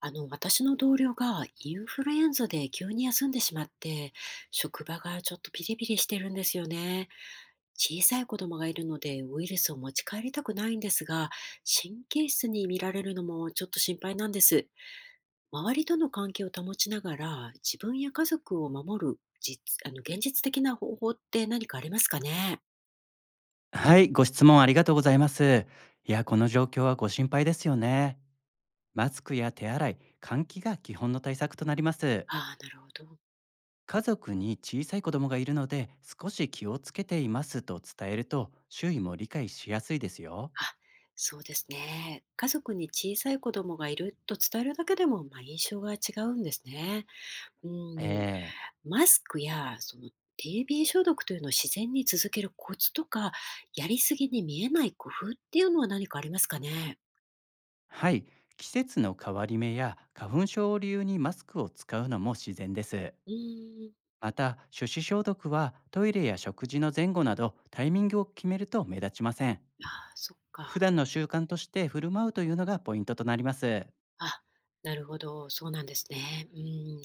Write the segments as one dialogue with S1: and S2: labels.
S1: 私の同僚がインフルエンザで急に休んでしまって、職場がちょっとピリピリしてるんですよね。小さい子供がいるのでウイルスを持ち帰りたくないんですが、神経質に見られるのもちょっと心配なんです。周りとの関係を保ちながら自分や家族を守る実、現実的な方法って何かありますかね。
S2: はい、ご質問ありがとうございます。いや、この状況はご心配ですよね。マスクや手洗い、換気が基本の対策となります。
S1: ああ、なるほど。
S2: 家族に小さい子供がいるので、少し気をつけていますと伝えると、周囲も理解しやすいですよ。
S1: あ、そうですね。家族に小さい子供がいると伝えるだけでも、まあ、印象が違うんですね。うん、
S2: ええ
S1: マスクやその TB 消毒というのを自然に続けるコツとか、やりすぎに見えない工夫っていうのは何かありますかね。
S2: はい、季節の変わり目や花粉症を理由にマスクを使うのも自然です。
S1: うん、
S2: また、手指消毒はトイレや食事の前後などタイミングを決めると目立ちません。
S1: あそっ
S2: 普
S1: か。
S2: 段の習慣として振る舞うというのがポイントとなります。
S1: あ、なるほど、そうなんですね。うん、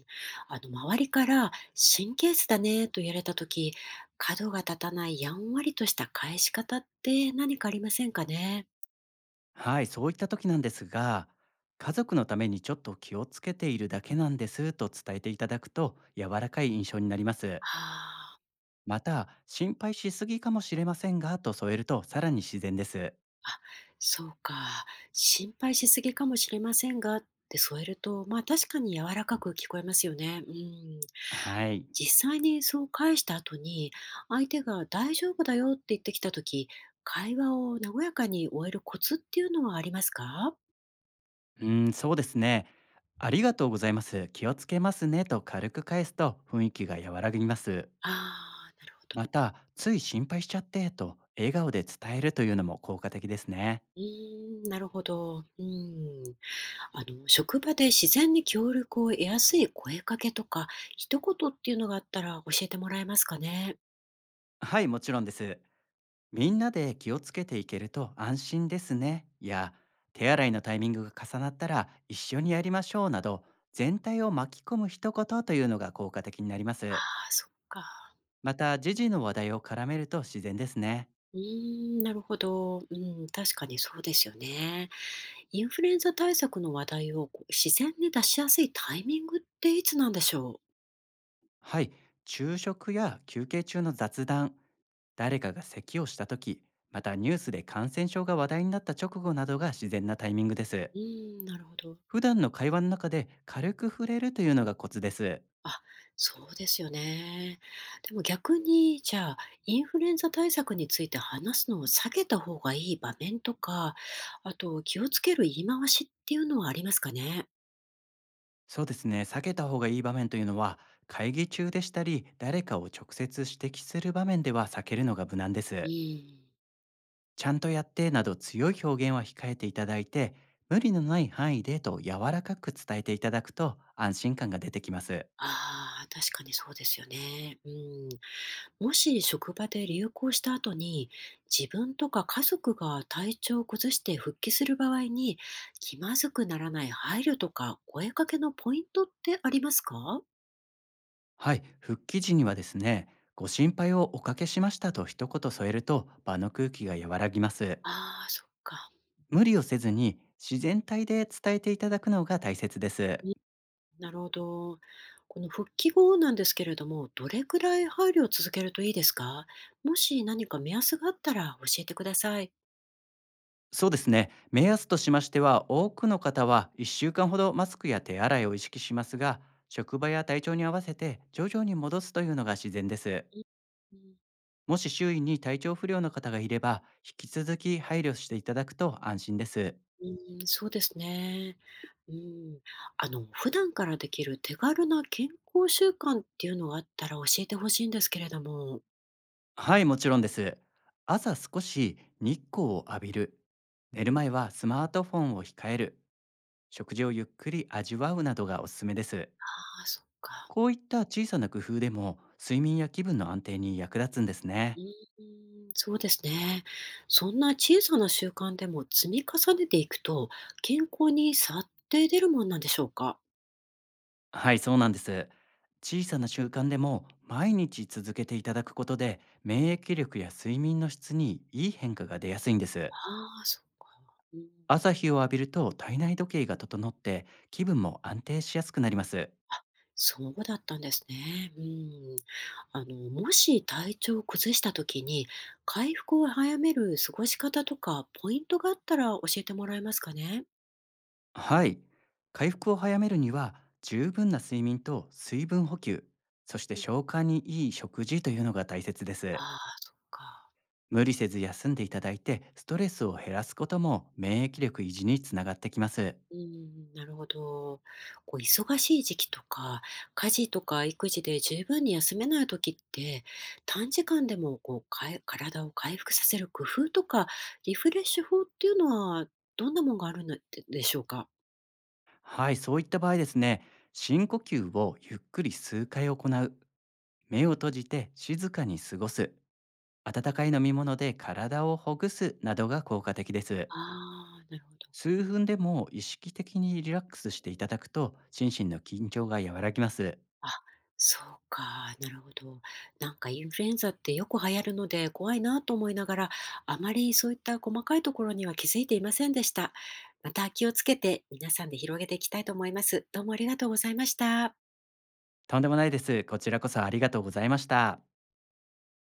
S1: 周りから神経質だねと言われた時、角が立たないやんわりとした返し方って何かありませんかね。
S2: はい、そういった時なんですが、家族のためにちょっと気をつけているだけなんですと伝えていただくと柔らかい印象になります。
S1: ああ、
S2: また、心配しすぎかもしれませんがと添えるとさらに自然です。
S1: あ、そうか。心配しすぎかもしれませんがって添えると、まあ、確かに柔らかく聞こえますよね。うん。
S2: はい、
S1: 実際にそう返した後に、相手が大丈夫だよって言ってきた時、会話を和やかに終えるコツっていうのはありますか？
S2: うん、そうですね。ありがとうございます。気をつけますねと軽く返すと雰囲気が和らぎます。
S1: ああ、なるほど。
S2: また、つい心配しちゃってと笑顔で伝えるというのも効果的ですね。
S1: うーん、なるほど。うん。職場で自然に協力を得やすい声かけとか、一言っていうのがあったら教えてもらえますかね？
S2: はい、もちろんです。みんなで気をつけていけると安心ですね。いや、手洗いのタイミングが重なったら一緒にやりましょうなど、全体を巻き込む一言というのが効果的になりま
S1: あ
S2: す。
S1: あ、そっか。
S2: また、時事の話題を絡めると自然ですね。
S1: うーん、なるほど。うん、確かにそうですよね。インフルエンザ対策の話題をこう自然に出しやすいタイミングっていつなんでしょう。
S2: はい、昼食や休憩中の雑談、誰かが咳をした時、またニュースで感染症が話題になった直後などが自然なタイミングです。
S1: うーん、なるほど。
S2: 普段の会話の中で軽く触れるというのがコツです。
S1: あ、そうですよね。でも逆に、じゃあ、インフルエンザ対策について話すのを避けた方がいい場面とか、あと気をつける言い回しっていうのはありますかね。
S2: そうですね。避けた方がいい場面というのは、会議中でしたり、誰かを直接指摘する場面では避けるのが無難で
S1: う
S2: す。
S1: ん。
S2: ちゃんとやってなど強い表現は控えていただいて、無理のない範囲でと柔らかく伝えていただくと安心感が出てきます。
S1: ああ、確かにそうですよね。うん。もし職場で流行した後に自分とか家族が体調を崩して復帰する場合に気まずくならない配慮とか声かけのポイントってありますか。
S2: はい、復帰時にはですね、ご心配をおかけしましたと一言添えると場の空気が和らぎます。
S1: ああー、そっか。
S2: 無理をせずに自然体で伝えていただくのが大切です。
S1: うん、なるほど。この復帰後なんですけれども、どれくらい配慮を続けるといいですか。もし何か目安があったら教えてください。
S2: そうですね。目安としましては、多くの方は1週間ほどマスクや手洗いを意識しますが、職場や体調に合わせて徐々に戻すというのが自然です。
S1: うん、
S2: もし周囲に体調不良の方がいれば、引き続き配慮していただくと安心です。
S1: うんそうですね。うん、普段からできる手軽な健康習慣っていうのがあったら教えてほしいんですけれども。
S2: はい、もちろんです。朝少し日光を浴びる。寝る
S1: うん。
S2: 前はスマートフォンを控える。食事をゆっくり味わうなどがおすすめです。
S1: ああ、そっか。
S2: こういった小さな工夫でも、睡眠や気分の安定に役立つんです
S1: う
S2: ね。
S1: ーん、そうですね。そんな小さな習慣でも積み重ねていくと、健康に差って出るもんなんでしょうか？
S2: はい、そうなんです。小さな習慣でも毎日続けていただくことで免疫力や睡眠の質にいい変化が出やすいんです。
S1: ああ、そっか。うん、
S2: 朝日を浴びると体内時計が整って気分も安定しやすくなります。
S1: そうだったんですね。うん。もし体調を崩した時に、回復を早める過ごし方とかポイントがあったら教えてもらえますかね？
S2: はい、回復を早めるには十分な睡眠と水分補給、そして
S1: うん。
S2: 消化にいい食事というのが大切です。
S1: ああ、そっか。
S2: 無理せず休んでいただいてストレスを減らすことも免疫力維持につながってきます。
S1: うん、なるほど。こう忙しい時期とか、家事とか育児で十分に休めない時って、短時間でもこう、かえ体を回復させる工夫とか、リフレッシュ法っていうのはどんなものがあるのででしょうか？
S2: はい、そういった場合ですね、深呼吸をゆっくり数回行う、目を閉じて静かに過ごす、温かい飲み物で体をほぐすなどが効果的です。
S1: ああ、なるほど。
S2: 数分でも意識的にリラックスしていただくと、心身の緊張が和らぎます。
S1: あ、そうか、なるほど。なんかインフルエンザってよく流行るので怖いなと思いながら、あまりそういった細かいところには気づいていませんでした。また気をつけて皆さんで広げていきたいと思います。どうもありがとうございました。
S2: とんでもないです。こちらこそありがとうございました。